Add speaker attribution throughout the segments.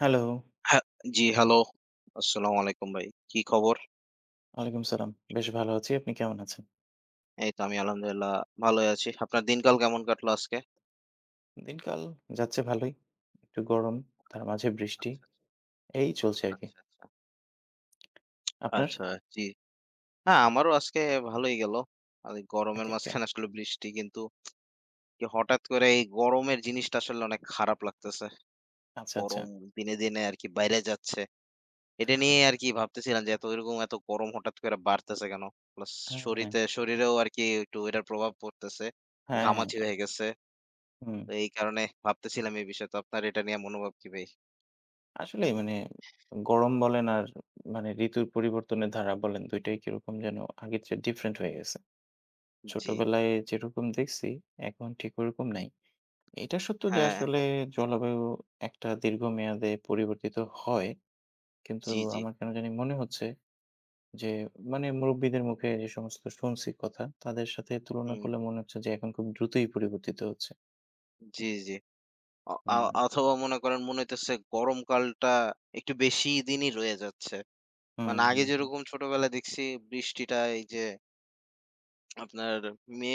Speaker 1: Hello,
Speaker 2: হ্যাঁ, জি hello. আসসালামু আলাইকুম ভাই। কি খবর?
Speaker 1: ওয়ালাইকুম সালাম। বেশ ভালো আছি। আপনি কেমন আছেন?
Speaker 2: এই তো আমি আলহামদুলিল্লাহ ভালোই আছি। আপনার দিনকাল কেমন কাটলো আজকে?
Speaker 1: দিনকাল যাচ্ছে ভালোই। একটু গরম, তার মাঝে বৃষ্টি।
Speaker 2: আচ্ছা,
Speaker 1: এই চলছে আরকি।
Speaker 2: আচ্ছা।
Speaker 1: আপনার?
Speaker 2: আচ্ছা, জি। না আমারও আজকে ভালোই গেল। আর এই গরমের
Speaker 1: ওকে, ওকে।
Speaker 2: মাঝখানে আসলে বৃষ্টি কিন্তু কি হঠাৎ করে এই গরমের জিনিসটা আসলে অনেক খারাপ লাগতেছে।
Speaker 1: আচ্ছা, আচ্ছা।
Speaker 2: গরম দিনে আরকি বাইরে যাচ্ছে। এটা নিয়ে আরকি ভাবতেছিলাম যে এত এরকম এত গরম হঠাৎ করে বাড়তেছে কেন? প্লাস
Speaker 1: হ্যাঁ,
Speaker 2: শরীরেও আরকি একটু এটার প্রভাব পড়তেছে।
Speaker 1: হ্যাঁ,
Speaker 2: ঘামাচি
Speaker 1: হ্যাঁ।
Speaker 2: হয়ে গেছে।
Speaker 1: হুম।
Speaker 2: তো এই কারণে ভাবতেছিলাম এই বিষয়ে। তো আপনার এটা নিয়ে মনোভাব কি ভাই?
Speaker 1: আসলেই মানে গরম বলেন আর মানে ঋতুর পরিবর্তনের ধারা বলেন ২ টাই কিরকম যেন আগের চেয়ে ডিফারেন্ট হয়ে গেছে।
Speaker 2: জি।
Speaker 1: ছোটবেলায় যেরকম দেখছি এখন ঠিক ওরকম নাই। এটা সত্য যে
Speaker 2: হ্যাঁ,
Speaker 1: আসলে জলবায়ু একটা দীর্ঘমেয়াদে পরিবর্তিত হয়। কিন্তু
Speaker 2: জি।
Speaker 1: আমার কেন জানি মনে হচ্ছে যে মানে মুরুব্বিদের মুখে যে সমস্ত শুনছি কথা, তাদের সাথে তুলনা
Speaker 2: হুম,
Speaker 1: করলে মনে হচ্ছে যে এখন খুব দ্রুতই পরিবর্তিত হচ্ছে।
Speaker 2: জি। অ আ
Speaker 1: হুম,
Speaker 2: অথবা মনে করেন মনে হইতেছে গরমকালটা একটু বেশি দিনই রয়ে যাচ্ছে।
Speaker 1: হুম,
Speaker 2: মানে আগে
Speaker 1: হুম, হুম,
Speaker 2: যেরকম ছোটবেলায় দেখছি বৃষ্টিটা এই যে আপনার মে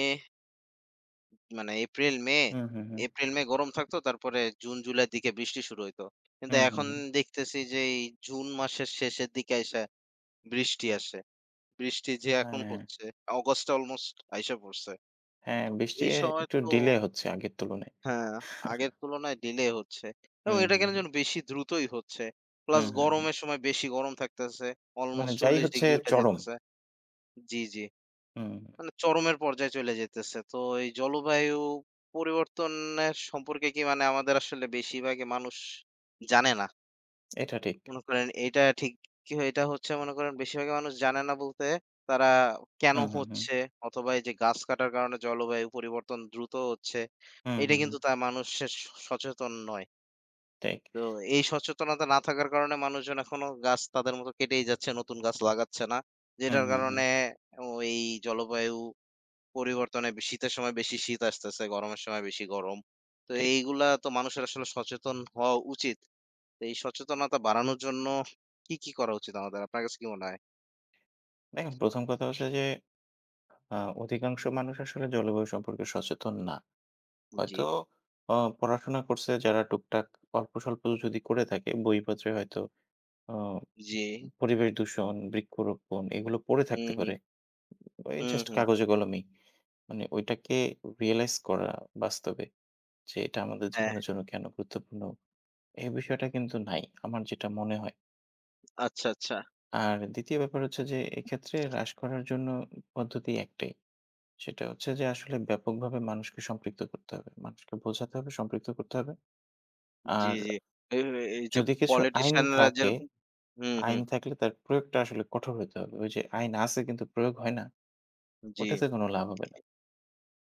Speaker 2: মানে এপ্রিল, মে,
Speaker 1: হুম, হুম, হুম,
Speaker 2: এপ্রিল, মে গরম থাকতো তারপরে জুন, জুলাইয়ের দিকে বৃষ্টি শুরু হইতো। কিন্তু
Speaker 1: হুম, হুম,
Speaker 2: এখন
Speaker 1: হুম।
Speaker 2: দেখতেছি যে এই জুন মাসের শেষের দিকে আইসা বৃষ্টি আসে। বৃষ্টি যে এখন
Speaker 1: হ্যাঁ,
Speaker 2: হচ্ছে, অগাস্ট অলমোস্ট আইসা পড়ছে।
Speaker 1: হ্যাঁ, বৃষ্টি
Speaker 2: এই সময়
Speaker 1: একটু
Speaker 2: তো
Speaker 1: ডিলে হচ্ছে আগের তুলনায়।
Speaker 2: হ্যাঁ, আগের তুলনায় ডিলে হচ্ছে। এবং
Speaker 1: হুম,
Speaker 2: এটা
Speaker 1: হুম,
Speaker 2: কেন
Speaker 1: হুম,
Speaker 2: যেন বেশি দ্রুতই হচ্ছে। প্লাস
Speaker 1: হুম, হুম, হুম।
Speaker 2: গরমের সময় বেশি গরম থাকতেছে।
Speaker 1: মানে
Speaker 2: অলমোস্ট
Speaker 1: যাই
Speaker 2: ৪০
Speaker 1: হচ্ছে
Speaker 2: ডিগ্রি উঠে
Speaker 1: চরম।
Speaker 2: যাইতেছে। জি।
Speaker 1: হুম,
Speaker 2: মানে চরমের পর্যায়ে চলে যাইতেছে। তো এই জলবায়ু পরিবর্তনের সম্পর্কে কি মানে আমাদের আসলে বেশিরভাগই মানুষ জানে না।
Speaker 1: এটা ঠিক।
Speaker 2: মনে করেন এইটা ঠিক কি হয়, এটা হচ্ছে মনে করেন বেশিরভাগ মানুষ জানে না বলতে তারা কেন
Speaker 1: হুম, হুম, হুম,
Speaker 2: হচ্ছে অথবা এই যে গাছ কাটার কারণে জলবায়ু পরিবর্তন দ্রুত হচ্ছে
Speaker 1: হুম,
Speaker 2: এটা
Speaker 1: হুম, হুম,
Speaker 2: কিন্তু তা মানুষের সচেতন নয়।
Speaker 1: ঠিক।
Speaker 2: তো এই সচেতনতা না থাকার কারণে মানুষজন এখনো গাছ তাদের মতো কেটেই যাচ্ছে, নতুন গাছ লাগাচ্ছে না,
Speaker 1: হুম,
Speaker 2: যেটার
Speaker 1: হুম, হুম,
Speaker 2: কারণে এই জলবায়ু পরিবর্তনে শীতের সময় বেশি শীত আসতেছে, গরমের সময় বেশি গরম। তো
Speaker 1: ঠিক।
Speaker 2: এইগুলা তো মানুষের আসলে সচেতন হওয়া উচিত। তো এই সচেতনতা বাড়ানোর জন্য কি, কি করা উচিত আমাদের? আপনার কাছে কি মনে হয়?
Speaker 1: দেখেন ১ম কথা হচ্ছে যে আ অধিকাংশ মানুষ আসলে জলবায়ু সম্পর্কে সচেতন না।
Speaker 2: জি,
Speaker 1: হয়তো অ পড়াশোনা করছে যারা টুকটাক অল্পস্বল্প যদি করে থাকে, বইপত্রে হয়তো অ
Speaker 2: জি।
Speaker 1: পরিবেশ দূষণ, বৃক্ষরোপণ এগুলো পড়ে থাকতে
Speaker 2: হুম, হুম,
Speaker 1: পারে। এই
Speaker 2: হুম,
Speaker 1: জাস্ট
Speaker 2: হুম।
Speaker 1: কাগজে কলমেই। মানে ওইটাকে রিয়ালাইজ করা বাস্তবে যে এটা আমাদের
Speaker 2: হ্যাঁ,
Speaker 1: জীবনের জন্য কেন গুরুত্বপূর্ণ, এই বিষয়টা কিন্তু নাই। আমার যেটা মনে হয়।
Speaker 2: আচ্ছা।
Speaker 1: আর ২য় ব্যাপার হচ্ছে যে এক্ষেত্রে হ্রাস করার জন্য পদ্ধতি একটাই। সেটা হচ্ছে যে আসলে ব্যাপকভাবে মানুষকে সম্পৃক্ত করতে হবে। মানুষকে বোঝাতে হবে, সম্পৃক্ত করতে হবে।
Speaker 2: জি,
Speaker 1: আর
Speaker 2: জি। এই এই যে
Speaker 1: যদি কিছু আইন
Speaker 2: পলিটিশিয়ানরা
Speaker 1: থাকে,
Speaker 2: যেরকম হুম।
Speaker 1: আইন থাকলে তার প্রয়োগটা আসলে কঠোর হইতে হবে। ওই যে আইন আছে কিন্তু প্রয়োগ হয় না,
Speaker 2: জি।
Speaker 1: ওটাতে কোনো লাভ হবে না।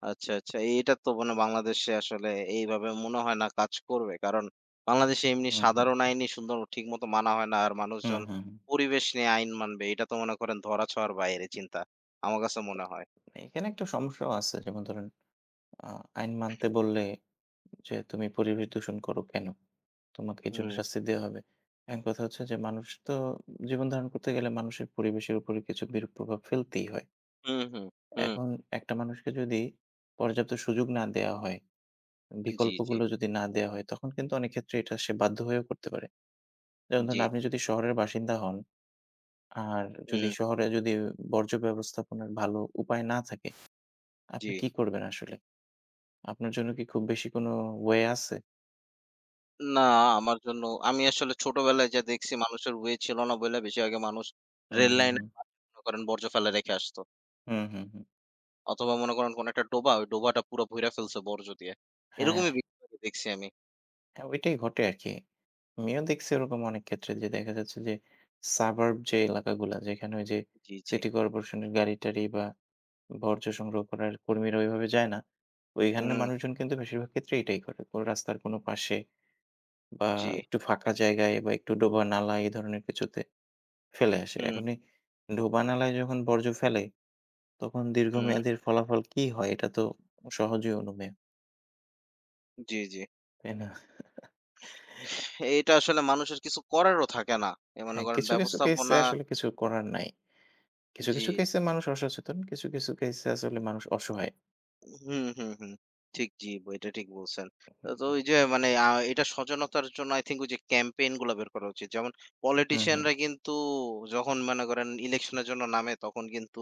Speaker 2: আচ্ছা। এটা তো মানে বাংলাদেশে আসলে এইভাবে মনে হয় না কাজ করবে। কারণ বাংলাদেশে এমনি
Speaker 1: হুম, হুম।
Speaker 2: সাধারণ আইনই সুন্দর ঠিকমতো মানা হয় না। আর
Speaker 1: হুম,
Speaker 2: মানুষজন
Speaker 1: হুম, হুম।
Speaker 2: পরিবেশ নিয়ে আইন মানবে। এটা তো মনে করেন ধরা-ছোঁয়ার বাইরে চিন্তা। আমার কাছে মনে হয়।
Speaker 1: এখানে একটা সমস্যাও আছে। যেমন ধরেন আ আইন মানতে বললে যে তুমি পরিবেশ দূষণ করো কেন? তোমাকে এর জন্য
Speaker 2: হুম,
Speaker 1: শাস্তি দেয়া হবে। এখন কথা হচ্ছে যে মানুষ তো জীবন ধারণ করতে গেলে মানুষের পরিবেশের উপরে কিছু বিরূপ প্রভাব ফেলতেই হয়।
Speaker 2: হুম, হুম, হুম।
Speaker 1: এখন একটা মানুষকে যদি পর্যাপ্ত সুযোগ না দেয়া হয়,
Speaker 2: জি, জি,
Speaker 1: বিকল্পগুলো যদি না দেয়া হয় তখন কিন্তু অনেক ক্ষেত্রে এটা সে বাধ্য হয়েও করতে পারে। যেমন
Speaker 2: জি।
Speaker 1: ধরুন আপনি যদি শহরের বাসিন্দা হন, আর যদি
Speaker 2: হুম,
Speaker 1: শহরে যদি বর্জ্য ব্যবস্থাপনার ভালো উপায় না থাকে, আপনি
Speaker 2: জি।
Speaker 1: কি করবেন আসলে? আপনার জন্য কি খুব বেশি কোনো ওয়ে আছে?
Speaker 2: না আমার জন্য আমি আসলে ছোটবেলায় যা দেখছি মানুষের ওয়ে ছিল না বইলা বেশি আগে মানুষ
Speaker 1: হুম,
Speaker 2: রেল
Speaker 1: হুম, হুম।
Speaker 2: লাইনের পাশে মনে করেন বর্জ্য ফেলে রেখে আসতো।
Speaker 1: হুম, হুম, হুম।
Speaker 2: অথবা মনে করেন কোন একটা ডোবা, ওই ডোবাটা পুরা ভইরা ফেলছে বর্জ্য দিয়ে।
Speaker 1: হ্যাঁ,
Speaker 2: এরকমই বেশিরভাগই দেখছি আমি।
Speaker 1: হ্যাঁ ওইটাই ঘটে আরকি। আমিও দেখছি ওরকম অনেক ক্ষেত্রে যে দেখা যাচ্ছে যে suburb যে এলাকাগুলা যেখানে ওই যে
Speaker 2: জি।
Speaker 1: সিটি কর্পোরেশনের গাড়ি-টাড়ি বা বর্জ্য সংগ্রহ করার কর্মীরা ওইভাবে যায় না। ওইখানের
Speaker 2: হুম,
Speaker 1: মানুষজন কিন্তু বেশিরভাগ ক্ষেত্রে এটাই করে। কোনো রাস্তার কোনো পাশে বা
Speaker 2: জি।
Speaker 1: একটু ফাঁকা জায়গায় বা একটু ডোবা নালা এই ধরনের কিছুতে ফেলে আসে।
Speaker 2: হুম,
Speaker 1: এখন এই ডোবা নালায় যখন বর্জ্য ফেলে তখন
Speaker 2: হুম।
Speaker 1: দীর্ঘমেয়াদীর ফলাফল কি হয় এটা তো সহজেই অনুমেয়,
Speaker 2: জি।
Speaker 1: তাই না?
Speaker 2: এটা আসলে মানুষের কিছু করারও থাকে না। এ মনে
Speaker 1: হ্যাঁ,
Speaker 2: করেন
Speaker 1: কিছু, কিছু কেসে
Speaker 2: ব্যবস্থাপনা
Speaker 1: আসলে কিছু করার নাই। কিছু,
Speaker 2: জি।
Speaker 1: কিছু কেসে মানুষ অসচেতন, কিছু, কিছু কেসে আসলে মানুষ অসহায়।
Speaker 2: হুম। ঠিক জি, এটা ঠিক বলছেন। তো ওই যে মানে এটা সচেতনতার জন্য I think ওই যে ক্যাম্পেইন গুলা বের করা উচিত। যেমন
Speaker 1: হুম, হুম,
Speaker 2: পলিটিশিয়ানরা কিন্তু যখন মনে করেন ইলেকশনের জন্য নামে তখন কিন্তু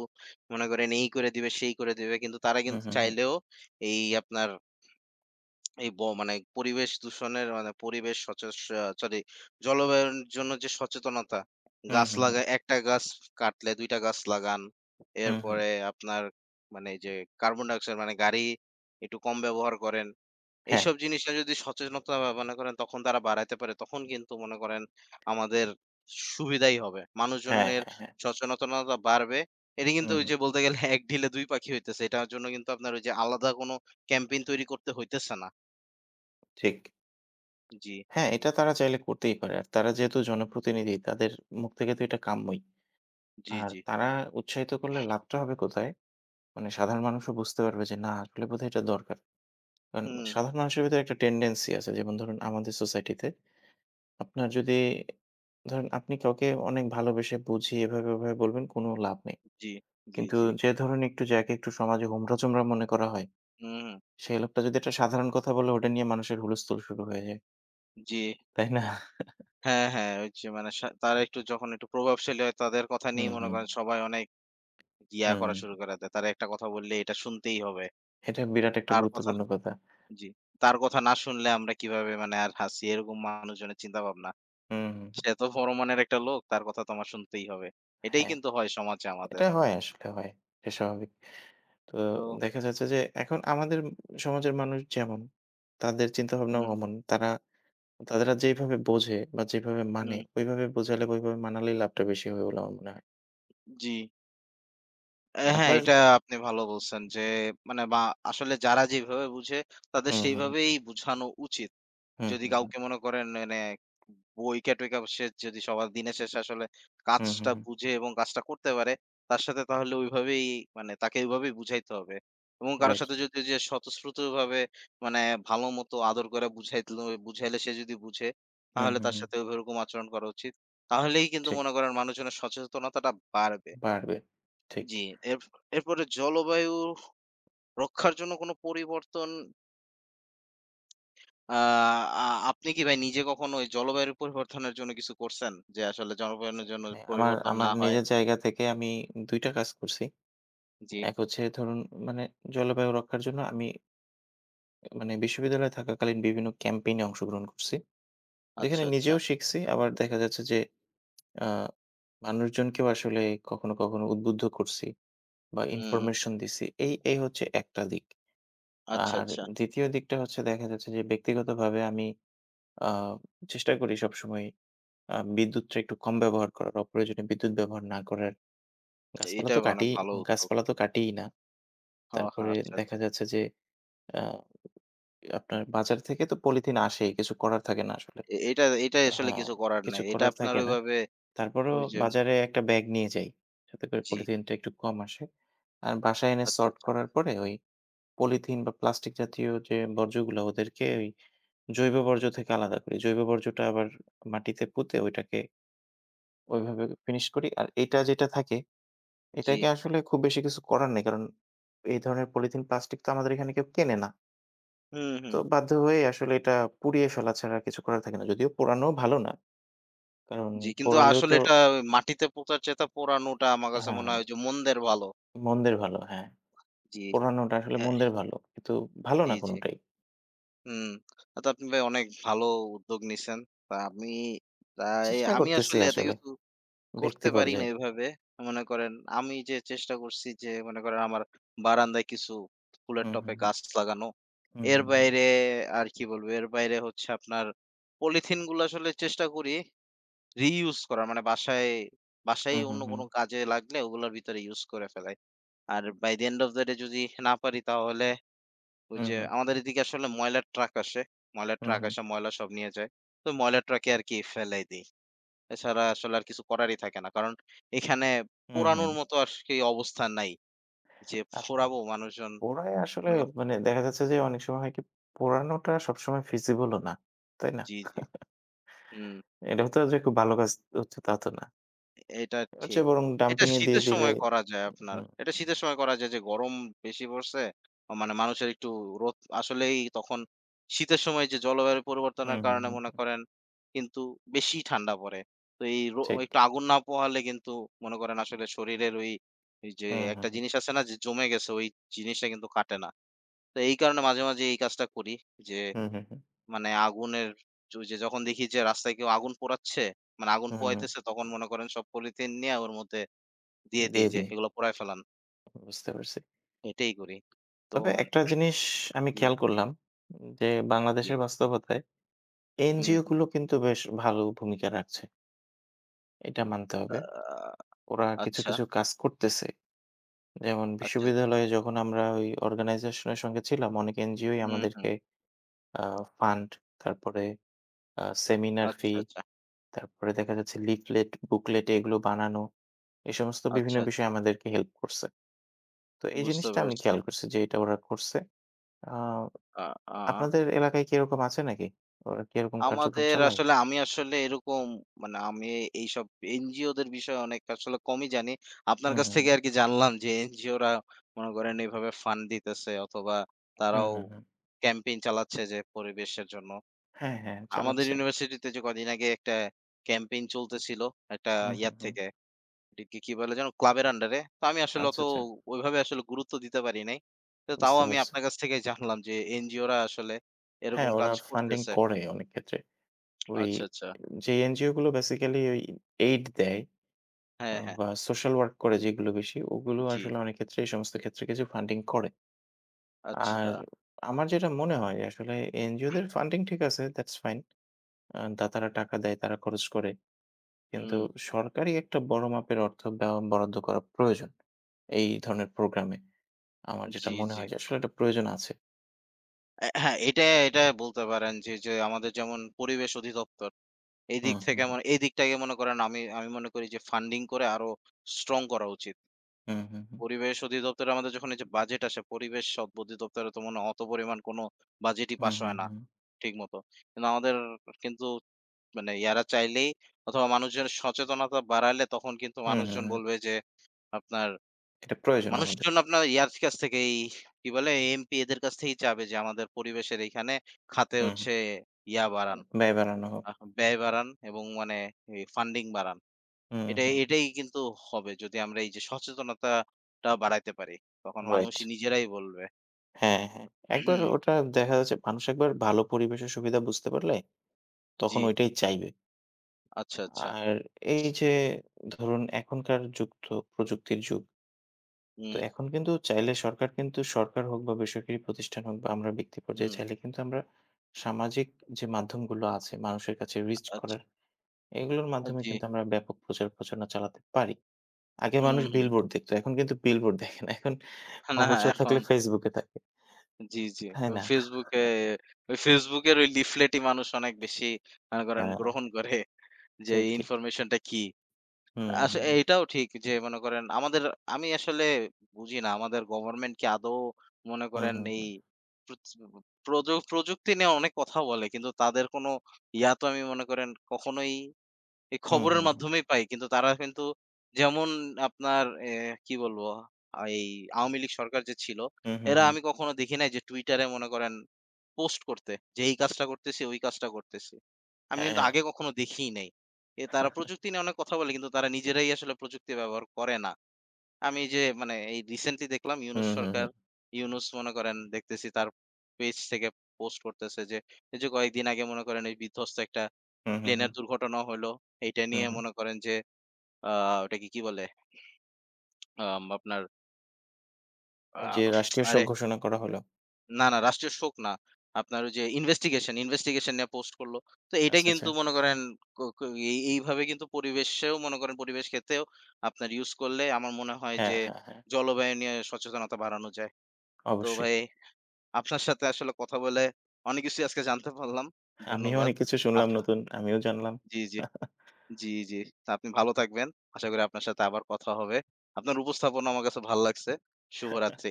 Speaker 2: মনে করেন এই করে দিবে, সেই করে দিবে। কিন্তু তারা
Speaker 1: হুম,
Speaker 2: কিন্তু
Speaker 1: হুম, হুম, হুম,
Speaker 2: চাইলেও এই আপনার এই ব মানে পরিবেশ দূষণের মানে পরিবেশ সচেস সরি জলবায়ুর জন্য যে সচেতনতা,
Speaker 1: হুম,
Speaker 2: গাছ
Speaker 1: হুম, হুম,
Speaker 2: লাগা ১ টা গাছ কাটলে ২ টা গাছ লাগান।
Speaker 1: হুম, হুম।
Speaker 2: এরপরে আপনার মানে এই যে কার্বন ডাই অক্সাইড মানে গাড়ি একটু কম ব্যবহার করেন।
Speaker 1: হ্যাঁ,
Speaker 2: এইসব জিনিসটা যদি সচেতনতা বা মনে করেন তখন তারা বাড়াইতে পারে। তখন কিন্তু মনে করেন আমাদের সুবিধাই হবে।
Speaker 1: হ্যাঁ,
Speaker 2: মানুষজনের
Speaker 1: হ্যাঁ, হ্যাঁ।
Speaker 2: সচেতনতা বাড়বে। এটা
Speaker 1: হ্যাঁ,
Speaker 2: কিন্তু
Speaker 1: হুম,
Speaker 2: ওই
Speaker 1: হুম,
Speaker 2: যে বলতে গেলে এক ঢিলে ২ পাখি হইতেছে। এটার জন্য কিন্তু আপনার ওই যে আলাদা কোনো ক্যাম্পেইন তৈরি করতে হইতেছে না।
Speaker 1: ঠিক।
Speaker 2: জি,
Speaker 1: হ্যাঁ, এটা তারা চাইলে করতেই পারে। আর তারা যেহেতু জনপ্রতিনিধি তাদের মুখ থেকে তো এটা কাম্যই।
Speaker 2: জি,
Speaker 1: আর
Speaker 2: জি।
Speaker 1: তারা উৎসাহিত করলে লাভটা হবে কোথায়? মানে সাধারণ মানুষও বুঝতে পারবে যে, না আসলে বোধহয় এটা দরকার। কারণ
Speaker 2: হুম,
Speaker 1: সাধারণ মানুষের ভিতরে একটা টেনডেন্সি আছে। যেমন ধরুন আমাদের সোসাইটিতে আপনার যদি ধরেন আপনি কাউকে অনেক ভালোবেসে বুঝিয়ে এভাবে, ওভাবে বলবেন কোনো লাভ নেই।
Speaker 2: জি, জি,
Speaker 1: কিন্তু
Speaker 2: জি।
Speaker 1: যে ধরুন একটু যাকে একটু সমাজে হোমরা-চোমরা মনে করা হয়,
Speaker 2: হুম।
Speaker 1: সেই লোকটা যদি একটা সাধারণ কথা বলে ওটা নিয়ে মানুষের হুলস্থুল শুরু হয়ে যায়।
Speaker 2: জি।
Speaker 1: তাই না?
Speaker 2: হ্যাঁ, হ্যাঁ, ওই যে মানে তারা একটু যখন একটু প্রভাবশালী হয় তাদের কথা
Speaker 1: হুম,
Speaker 2: নিয়েই মনে
Speaker 1: হুম,
Speaker 2: করেন সবাই অনেক ইয়া
Speaker 1: হুম।
Speaker 2: করা শুরু করে দেয়। তারা একটা কথা বললে এটা শুনতেই হবে।
Speaker 1: এটা বিরাট একটা
Speaker 2: তার কথা
Speaker 1: গুরুত্বপূর্ণ কথা।
Speaker 2: জি। তার কথা না শুনলে আমরা কিভাবে মানে আর হাসি এরকম মানুষজনের চিন্তাভাবনা।
Speaker 1: হুম, হুম, হুম।
Speaker 2: সে তো বড় মনের একটা লোক, তার কথা তো আমার শুনতেই হবে। এটাই
Speaker 1: হ্যাঁ,
Speaker 2: কিন্তু হয় সমাজে আমাদের।
Speaker 1: এটা হয় আসলে হয়। এটা স্বাভাবিক। তো
Speaker 2: তো
Speaker 1: দেখা যাচ্ছে যে এখন আমাদের সমাজের মানুষ যেমন, তাদের চিন্তাভাবনাও
Speaker 2: হুম,
Speaker 1: অমন। তারা তারা যেইভাবে বোঝে বা যেভাবে মানে,
Speaker 2: হুম।
Speaker 1: ওইভাবে বোঝালে বা ওইভাবে মানালেই লাভটা বেশি হবে বলে আমার মনে হয়।
Speaker 2: জি। অ্যা হ্যাঁ,
Speaker 1: আপনার
Speaker 2: এটা আপনি ভালো বলছেন যে মানে বা আসলে যারা যেভাবে বুঝে তাদের
Speaker 1: হুম, হুম,
Speaker 2: সেইভাবেই বুঝানো উচিত।
Speaker 1: হুম,
Speaker 2: যদি
Speaker 1: হুম,
Speaker 2: কাউকে মনে করেন মানে বইকা-টইকা সে যদি সবার দিনের শেষে আসলে
Speaker 1: হুম, হুম,
Speaker 2: কাজটা
Speaker 1: হুম,
Speaker 2: বুঝে এবং কাজটা করতে পারে, তার সাথে তাহলে ওইভাবেই মানে তাকে ওইভাবেই বুঝাইতে হবে। এবং কারো
Speaker 1: রাইট।
Speaker 2: সাথে যদি ওই যে স্বতঃস্ফূর্তভাবে মানে ভালোমতো আদর করে বুঝাইলে সে যদি বুঝে,
Speaker 1: হুম, right,
Speaker 2: তাহলে
Speaker 1: হুম,
Speaker 2: তার
Speaker 1: হুম,
Speaker 2: সাথে ওইরকম আচরণ করা উচিত। তাহলেই কিন্তু
Speaker 1: ঠিক।
Speaker 2: মনে করেন মানুষজনের সচেতনতাটা বাড়বে।
Speaker 1: বাড়বে। ঠিক।
Speaker 2: জি, এর এরপরে জলবায়ু রক্ষার জন্য কোনো পরিবর্তন আ আ আপনি কি ভাই নিজে কখনো ওই জলবায়ুর পরিবর্তনের জন্য কিছু করছেন? যে আসলে জলবায়নের জন্য
Speaker 1: মানে আমার
Speaker 2: পরিবর্তন
Speaker 1: আমার
Speaker 2: না হয়?
Speaker 1: নিজের জায়গা থেকে আমি ২ টা কাজ করছি।
Speaker 2: জি,
Speaker 1: এক হচ্ছে ধরুন মানে জলবায়ু রক্ষার জন্য আমি মানে বিশ্ববিদ্যালয়ে থাকাকালীন বিভিন্ন ক্যাম্পেইন এ অংশগ্রহণ করছি।
Speaker 2: আচ্ছা,
Speaker 1: যেখানে
Speaker 2: আচ্ছা।
Speaker 1: নিজেও শিখছি আবার দেখা যাচ্ছে যে আ মানুষজনকেও আসলে কখনো, কখনো উদ্বুদ্ধ করছি বা
Speaker 2: হুম,
Speaker 1: ইনফরমেশন দিছি। এই হচ্ছে একটা দিক।
Speaker 2: আচ্ছা,
Speaker 1: আর
Speaker 2: আচ্ছা।
Speaker 1: ২য় দিকটা হচ্ছে দেখা যাচ্ছে যে ব্যক্তিগতভাবে আমি আ চেষ্টা করি সবসময় বিদ্যুৎটা একটু কম ব্যবহার করার, অপ্রয়োজনীয় বিদ্যুৎ ব্যবহার না করার। গাছপালা
Speaker 2: এটা
Speaker 1: তো কাটি
Speaker 2: অনেক ভালো উদ্যোগ।
Speaker 1: গাছপালা তো কাটিই না।
Speaker 2: ও
Speaker 1: তারপরে
Speaker 2: আচ্ছা।
Speaker 1: দেখা যাচ্ছে যে আ আপনার বাজার থেকে তো পলিথিন আসেই, কিছু করার থাকে না আসলে।
Speaker 2: এটা এটা আসলে
Speaker 1: হ্যাঁ,
Speaker 2: কিছু করার
Speaker 1: কিছু
Speaker 2: নাই। এটা
Speaker 1: করার
Speaker 2: আপনার
Speaker 1: থাকে না।
Speaker 2: ওইভাবে
Speaker 1: তারপরেও
Speaker 2: ওই যে
Speaker 1: বাজারে একটা ব্যাগ নিয়ে যাই, যাতে করে
Speaker 2: জি,
Speaker 1: পলিথিনটা একটু কম আসে। আর বাসায় এনে
Speaker 2: আচ্ছা,
Speaker 1: সর্ট
Speaker 2: আচ্ছা।
Speaker 1: করার পরে ওই পলিথিন বা প্লাস্টিক জাতীয় যে বর্জ্যগুলো ওদেরকে ওই জৈব বর্জ্য থেকে আলাদা করি। জৈব বর্জ্যটা আবার মাটিতে পুঁতে ওইটাকে ওইভাবে ফিনিশ করি। আর এটা যেটা থাকে
Speaker 2: জি।
Speaker 1: এটাকে আসলে খুব বেশি কিছু করার নেই। কারণ এই ধরনের পলিথিন প্লাস্টিক তো আমাদের এখানে কেউ কেনে না।
Speaker 2: হুম,
Speaker 1: তো
Speaker 2: হুম।
Speaker 1: বাধ্য হয়ে আসলে এটা পুড়িয়ে ফেলা ছাড়া আর কিছু করার থাকে না। যদিও পোড়ানোও ভালো না। কারণ
Speaker 2: জি, কিন্তু
Speaker 1: পোড়ালেও
Speaker 2: আসলে
Speaker 1: তো
Speaker 2: এটা ওই মাটিতে পোঁতার চেয়ে তা পোড়ানোটা আমার কাছে মনে
Speaker 1: হ্যাঁ,
Speaker 2: হয় যে মন্দের ভালো।
Speaker 1: মন্দের ভালো। হ্যাঁ,
Speaker 2: জি,
Speaker 1: পোড়ানোটা আসলে
Speaker 2: অ্যা
Speaker 1: মন্দের ভালো। কিন্তু ভালো
Speaker 2: জি,
Speaker 1: না
Speaker 2: জি।
Speaker 1: কোনটাই।
Speaker 2: হুম। তা তো আপনি ভাই অনেক ভালো উদ্যোগ নিছেন। তা আমি তাই
Speaker 1: চেষ্টা
Speaker 2: আমি
Speaker 1: করতেছি
Speaker 2: আসলে এত
Speaker 1: আসলে।
Speaker 2: কিছু
Speaker 1: ব্যক্তি
Speaker 2: করতে পারি না
Speaker 1: পর্যায়ে।
Speaker 2: এভাবে। মনে করেন আমি যে চেষ্টা করছি যে মনে করেন আমার বারান্দায় কিছু ফুলের
Speaker 1: হুম,
Speaker 2: টবে
Speaker 1: হুম,
Speaker 2: গাছ লাগানো।
Speaker 1: হুম,
Speaker 2: এর
Speaker 1: হুম,
Speaker 2: বাইরে আর কি বলবো? এর বাইরে হচ্ছে আপনার পলিথিন গুলো আসলে চেষ্টা করি রিইউজ করার। মানে বাসায় বাসায়
Speaker 1: হুম, হুম,
Speaker 2: অন্য
Speaker 1: হুম,
Speaker 2: কোনো কাজে লাগলে ওগুলোর ভিতরে ইউজ করে ফেলাই। আর by the end of the day যদি না পারি তাহলে ওই
Speaker 1: হুম,
Speaker 2: যে
Speaker 1: হুম,
Speaker 2: আমাদের এদিকে আসলে ময়লার ট্রাক আসে। ময়লার ট্রাক
Speaker 1: হুম,
Speaker 2: আসে, ময়লা সব নিয়ে যায়। তো ময়লার ট্রাকে আরকি ফেলাই দেই। এছাড়া আসলে আর কিছু করারই থাকে না। কারণ এখানে
Speaker 1: হুম, হুম।
Speaker 2: পোড়ানোর মতো আরকি অবস্থা নাই। যে
Speaker 1: আর
Speaker 2: পোড়াবো মানুষজন
Speaker 1: পড়ায় আসলে
Speaker 2: মনে কর-
Speaker 1: মানে দেখা যাচ্ছে যে অনেক সময় হয় কি পড়ানোটা সবসময় feasible ও না। তাই না?
Speaker 2: জি। হুম।
Speaker 1: এটা তো যে খুব ভালো কাজ হচ্ছে তা তো না।
Speaker 2: এটা
Speaker 1: এর
Speaker 2: ঠিক।
Speaker 1: চেয়ে বরং
Speaker 2: এটা
Speaker 1: ডাম্পিং এ দিয়ে
Speaker 2: শীতের
Speaker 1: দিলে
Speaker 2: সময় করা যায় আপনার।
Speaker 1: হুম,
Speaker 2: এটা শীতের সময় করা যায় যে গরম বেশি পড়ছে। মানে মানুষের একটু রোদ আসলেই তখন শীতের সময় যে জলবায়ু
Speaker 1: হুম,
Speaker 2: পরিবর্তনের
Speaker 1: হুম,
Speaker 2: কারণে
Speaker 1: হুম,
Speaker 2: মনে
Speaker 1: হুম,
Speaker 2: করেন কিন্তু বেশি ঠান্ডা পড়ে। তো এই
Speaker 1: ঠিক।
Speaker 2: একটু আগুন না পোহালে কিন্তু মনে করেন আসলে শরীরের ওই এই যে
Speaker 1: হুম, হুম,
Speaker 2: একটা
Speaker 1: হুম,
Speaker 2: জিনিস আছে না যে জমে গেছে ওই জিনিসটা কিন্তু কাটে না। তো এই কারণে মাঝে মাঝে এই কাজটা করি যে
Speaker 1: হুম, হুম, হুম,
Speaker 2: মানে আগুনের যে যখন দেখি যে রাস্তায় কেউ আগুন পোড়াচ্ছে, মানে আগুন
Speaker 1: হুম, হুম।
Speaker 2: পোয়াইতেছে তখন মনে করেন সব পলিথিন নিয়ে ওর মধ্যে দিয়ে
Speaker 1: দিয়ে
Speaker 2: দেই যে
Speaker 1: দিই।
Speaker 2: এগুলো পোড়ায় ফেলান।
Speaker 1: বুঝতে পারছি।
Speaker 2: এটাই করি। তো
Speaker 1: তবে একটা জিনিস আমি
Speaker 2: জি,
Speaker 1: খেয়াল করলাম যে
Speaker 2: জি।
Speaker 1: বাংলাদেশের বাস্তবতায়
Speaker 2: হুম,
Speaker 1: এনজিও
Speaker 2: হুম।
Speaker 1: গুলো কিন্তু বেশ ভালো ভূমিকা রাখছে। এটা মানতে হবে।
Speaker 2: আ
Speaker 1: ওরা কিছু,
Speaker 2: আচ্ছা,
Speaker 1: কিছু কাজ করতেছে। যেমন
Speaker 2: আচ্ছা।
Speaker 1: বিশ্ববিদ্যালয়ে যখন আমরা ওই অর্গানাইজেশনের সঙ্গে ছিলাম, অনেক এনজিওই
Speaker 2: হুম, হুম।
Speaker 1: আমাদেরকে আ ফান্ড, তারপরে সেমিনার
Speaker 2: আচ্ছা,
Speaker 1: ফি,
Speaker 2: আচ্ছা,
Speaker 1: তারপরে দেখা যাচ্ছে লিফলেট, বুকলেট এগুলো বানানো। এই সমস্ত বিভিন্ন
Speaker 2: আচ্ছা।
Speaker 1: বিষয়ে আমাদেরকে হেল্প করছে। তো এই
Speaker 2: বুঝতে
Speaker 1: জিনিসটা আমি
Speaker 2: পারছি।
Speaker 1: খেয়াল করছি যে এটা ওরা করছে। আ
Speaker 2: আ আ
Speaker 1: আপনাদের এলাকায় কি এরকম আছে নাকি? ওরা কি এরকম কার্যক্রম
Speaker 2: আমাদের
Speaker 1: চালায়?
Speaker 2: আসলে আমি আসলে এরকম মানে আমি এইসব এনজিওদের বিষয়ে অনেক আসলে কমই জানি। আপনার
Speaker 1: হুম,
Speaker 2: কাছ
Speaker 1: হুম,
Speaker 2: থেকে
Speaker 1: হুম।
Speaker 2: আরকি জানলাম যে এনজিওরা মনে করেন এভাবে ফান্ড দিতেছে অথবা
Speaker 1: হুম,
Speaker 2: তারাও
Speaker 1: হুম, হুম।
Speaker 2: ক্যাম্পেইন চালাচ্ছে যে পরিবেশের জন্য।
Speaker 1: হ্যাঁ, হ্যাঁ
Speaker 2: আমাদের
Speaker 1: চালাচ্ছে।
Speaker 2: ইউনিভার্সিটিতে যে কদিন আগে একটা ক্যাম্পেইন চলতেছিল একটা
Speaker 1: হুম, হুম,
Speaker 2: ইয়ার
Speaker 1: হুম।
Speaker 2: থেকে। এটাকে কি বলে যেন? ক্লাবের আন্ডারে। তো আমি আসলে
Speaker 1: আচ্ছা,
Speaker 2: অত
Speaker 1: আচ্ছা।
Speaker 2: ওইভাবে আসলে গুরুত্ব দিতে পারি নাই। তো তাও
Speaker 1: বুঝতে
Speaker 2: আমি
Speaker 1: পারছি।
Speaker 2: আপনার কাছ থেকেই জানলাম যে এনজিওরা আসলে
Speaker 1: হ্যাঁ,
Speaker 2: এরকম
Speaker 1: ওরা
Speaker 2: কাজ
Speaker 1: ফান্ডিং
Speaker 2: করতেছে।
Speaker 1: করে অনেক ক্ষেত্রে। ওই
Speaker 2: আচ্ছা।
Speaker 1: যে এনজিও গুলো বেসিক্যালি ওই এইড দেয়
Speaker 2: হ্যাঁ, হ্যাঁ।
Speaker 1: বা সোশ্যাল ওয়ার্ক করে যেগুলো বেশি, ওগুলো
Speaker 2: জি,
Speaker 1: আসলে অনেক ক্ষেত্রে এই সমস্ত ক্ষেত্রে কিছু ফান্ডিং করে।
Speaker 2: আচ্ছা।
Speaker 1: আর আমার যেটা মনে হয় যে আসলে এনজিও দের ফান্ডিং ঠিক আছে, দ্যাটস ফাইন। দাতারা টাকা দেয়, তারা খরচ করে। কিন্তু
Speaker 2: হুম,
Speaker 1: সরকারি একটা বড় মাপের অর্থ ব্যয় বরাদ্দ করা প্রয়োজন। এই ধরনের প্রোগ্রামে। আমার যেটা
Speaker 2: জি,
Speaker 1: মনে
Speaker 2: জি।
Speaker 1: হয় যে আসলে এটা প্রয়োজন আছে।
Speaker 2: অ্যা হ্যাঁ, এটা এটা বলতে পারেন যে, যে আমাদের যেমন পরিবেশ অধিদপ্তর,
Speaker 1: হুম, হুম,
Speaker 2: এই দিকটাকে মনে করেন আমি আমি মনে করি যে ফান্ডিং করে আরো স্ট্রং করা উচিত।
Speaker 1: হুম, হুম, হুম,
Speaker 2: পরিবেশ অধিদপ্তরে আমাদের যখন এই যে বাজেট আসে, পরিবেশ অধিদপ্তরে তো মনে হয় অত পরিমাণ কোনো বাজেটই
Speaker 1: হুম,
Speaker 2: পাস
Speaker 1: হুম, হুম,
Speaker 2: হয় না
Speaker 1: হুম,
Speaker 2: ঠিকমতো। কিন্তু আমাদের কিন্তু মানে ইয়ারা চাইলেই অথবা মানুষজনের সচেতনতা বাড়ালে তখন কিন্তু
Speaker 1: হুম, হুম,
Speaker 2: মানুষজন
Speaker 1: হুম।
Speaker 2: বলবে যে আপনার
Speaker 1: এটা প্রয়োজন আমাদের।
Speaker 2: মানুষজন আপনার ইয়ার কাছ থেকে এই কি বলে? এমপি এদের কাছ থেকেই চাবে যে আমাদের পরিবেশের এইখানে খাতে
Speaker 1: হুম, হুম।
Speaker 2: হচ্ছে ইয়া বাড়ান,
Speaker 1: ব্যয় বাড়ানো হোক।
Speaker 2: আহ ব্যয় বাড়ান এবং মানে এই ফান্ডিং বাড়ান।
Speaker 1: হুম, হুম, হুম।
Speaker 2: এটাই কিন্তু হবে যদি আমরা এই যে সচেতনতাটা বাড়াইতে পারি। তখন
Speaker 1: রাইট।
Speaker 2: মানুষই নিজেরাই বলবে।
Speaker 1: হ্যাঁ, হ্যাঁ। একবার
Speaker 2: হুম,
Speaker 1: ওটা দেখা যাচ্ছে মানুষ একবার ভালো পরিবেশের সুবিধা বুঝতে পারলে
Speaker 2: জি,
Speaker 1: তখন ওইটাই চাইবে।
Speaker 2: আচ্ছা।
Speaker 1: আর এই যে ধরুন এখনকার যুগ তো প্রযুক্তির যুগ। তো
Speaker 2: হুম,
Speaker 1: এখন কিন্তু চাইলে সরকার কিন্তু সরকার হোক বা বেসরকারি প্রতিষ্ঠান হোক বা আমরা ব্যক্তি পর্যায়ে
Speaker 2: হুম,
Speaker 1: চাইলে কিন্তু আমরা সামাজিক যে মাধ্যমগুলো আছে মানুষের কাছে রিচ
Speaker 2: আচ্ছা।
Speaker 1: করার, এগুলোর
Speaker 2: আ
Speaker 1: মাধ্যমে
Speaker 2: জি।
Speaker 1: কিন্তু আমরা ব্যাপক প্রচার প্রচারণা চালাতে পারি। আগে
Speaker 2: হুম,
Speaker 1: মানুষ
Speaker 2: হুম।
Speaker 1: বিলবোর্ড দেখতো। এখন কিন্তু বিলবোর্ড দেখে না। এখন
Speaker 2: না
Speaker 1: অবসর থাকলে
Speaker 2: এখন
Speaker 1: Facebook এ থাকে।
Speaker 2: জি।
Speaker 1: তাই না?
Speaker 2: Facebook এ ওই Facebook এর ওই লিফলেটই মানুষ অনেক বেশি মনে করেন
Speaker 1: হ্যাঁ,
Speaker 2: গ্রহণ করে। যে
Speaker 1: ঠিক,
Speaker 2: এই
Speaker 1: ঠিক।
Speaker 2: ইনফরমেশনটা কি?
Speaker 1: হুম,
Speaker 2: আস এটাও ঠিক যে মনে করেন আমাদের আমি আসলে বুঝি না আমাদের গভর্নমেন্ট কি আদৌ মনে
Speaker 1: হুম,
Speaker 2: করেন
Speaker 1: হুম,
Speaker 2: এই
Speaker 1: হুম,
Speaker 2: প্রচ প্রযু প্রযুক্তি নিয়ে অনেক কথা বলে। কিন্তু তাদের কোনো ইয়া তো আমি মনে করেন কখনোই এই
Speaker 1: হুম,
Speaker 2: খবরের
Speaker 1: হুম, হুম,
Speaker 2: মাধ্যমেই পাই। কিন্তু তারা কিন্তু যেমন আপনার কি বলবো? এই আওয়ামী লীগ সরকার যে ছিল,
Speaker 1: হুম, হুম,
Speaker 2: এরা
Speaker 1: হুম।
Speaker 2: আমি কখনো দেখি নাই যে Twitter এ মনে করেন পোস্ট করতে যে এই কাজটা করতেছি, ওই কাজটা করতেছি। আমি কিন্তু
Speaker 1: হ্যাঁ,
Speaker 2: আগে কখনো দেখিই নাই। এ তারা প্রযুক্তি নিয়ে অনেক কথা বলে কিন্তু তারা নিজেরাই আসলে প্রযুক্তি ব্যবহার করে না। আমি যে মানে এই রিসেন্টলি দেখলাম ইউনূস
Speaker 1: হুম, হুম,
Speaker 2: সরকার,
Speaker 1: হুম,
Speaker 2: ইউনূস মনে করেন দেখতেছি তার পেজ থেকে পোস্ট করতেছে যে এই যে কয়েকদিন আগে মনে করেন এই বিধ্বস্ত একটা
Speaker 1: হুম, হুম, হুম,
Speaker 2: প্লেনের দুর্ঘটনা হলো। এইটা
Speaker 1: হুম,
Speaker 2: নিয়ে
Speaker 1: হুম।
Speaker 2: মনে করেন যে আ ওটাকে কি বলে? আম আপনার আ
Speaker 1: ওই যে রাষ্ট্রীয় শোক
Speaker 2: আরে
Speaker 1: ঘোষণা করা হলো।
Speaker 2: না, না রাষ্ট্রীয় শোক না। আপনার ওই যে ইনভেস্টিগেশন নিয়ে পোস্ট করলো। তো এইটা
Speaker 1: আচ্ছা, আচ্ছা।
Speaker 2: কিন্তু মনে করেন ক ক এই এইভাবে কিন্তু পরিবেশেও মনে করেন পরিবেশ ক্ষেত্রেও আপনার ইউজ করলে আমার মনে হয়
Speaker 1: হ্যাঁ,
Speaker 2: যে
Speaker 1: হ্যাঁ, হ্যাঁ,
Speaker 2: জলবায়ু নিয়ে সচেতনতা বাড়ানো যায়। তো
Speaker 1: অবশ্যই।
Speaker 2: ভাই আপনার সাথে আসলে কথা বলে অনেক কিছুই আজকে জানতে পারলাম।
Speaker 1: আমিও
Speaker 2: ধন্যবাদ।
Speaker 1: অনেক কিছু
Speaker 2: আপ
Speaker 1: শুনলাম নতুন, আমিও জানলাম।
Speaker 2: জি। জি। তা আপনি ভালো থাকবেন। আশা করি আপনার সাথে আবার কথা হবে। আপনার উপস্থাপনা আমার কাছে ভাল লাগছে। শুভরাত্রি।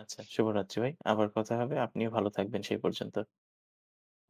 Speaker 1: আচ্ছা, শুভরাত্রি ভাই। আবার কথা হবে। আপনিও ভালো থাকবেন সেই পর্যন্ত।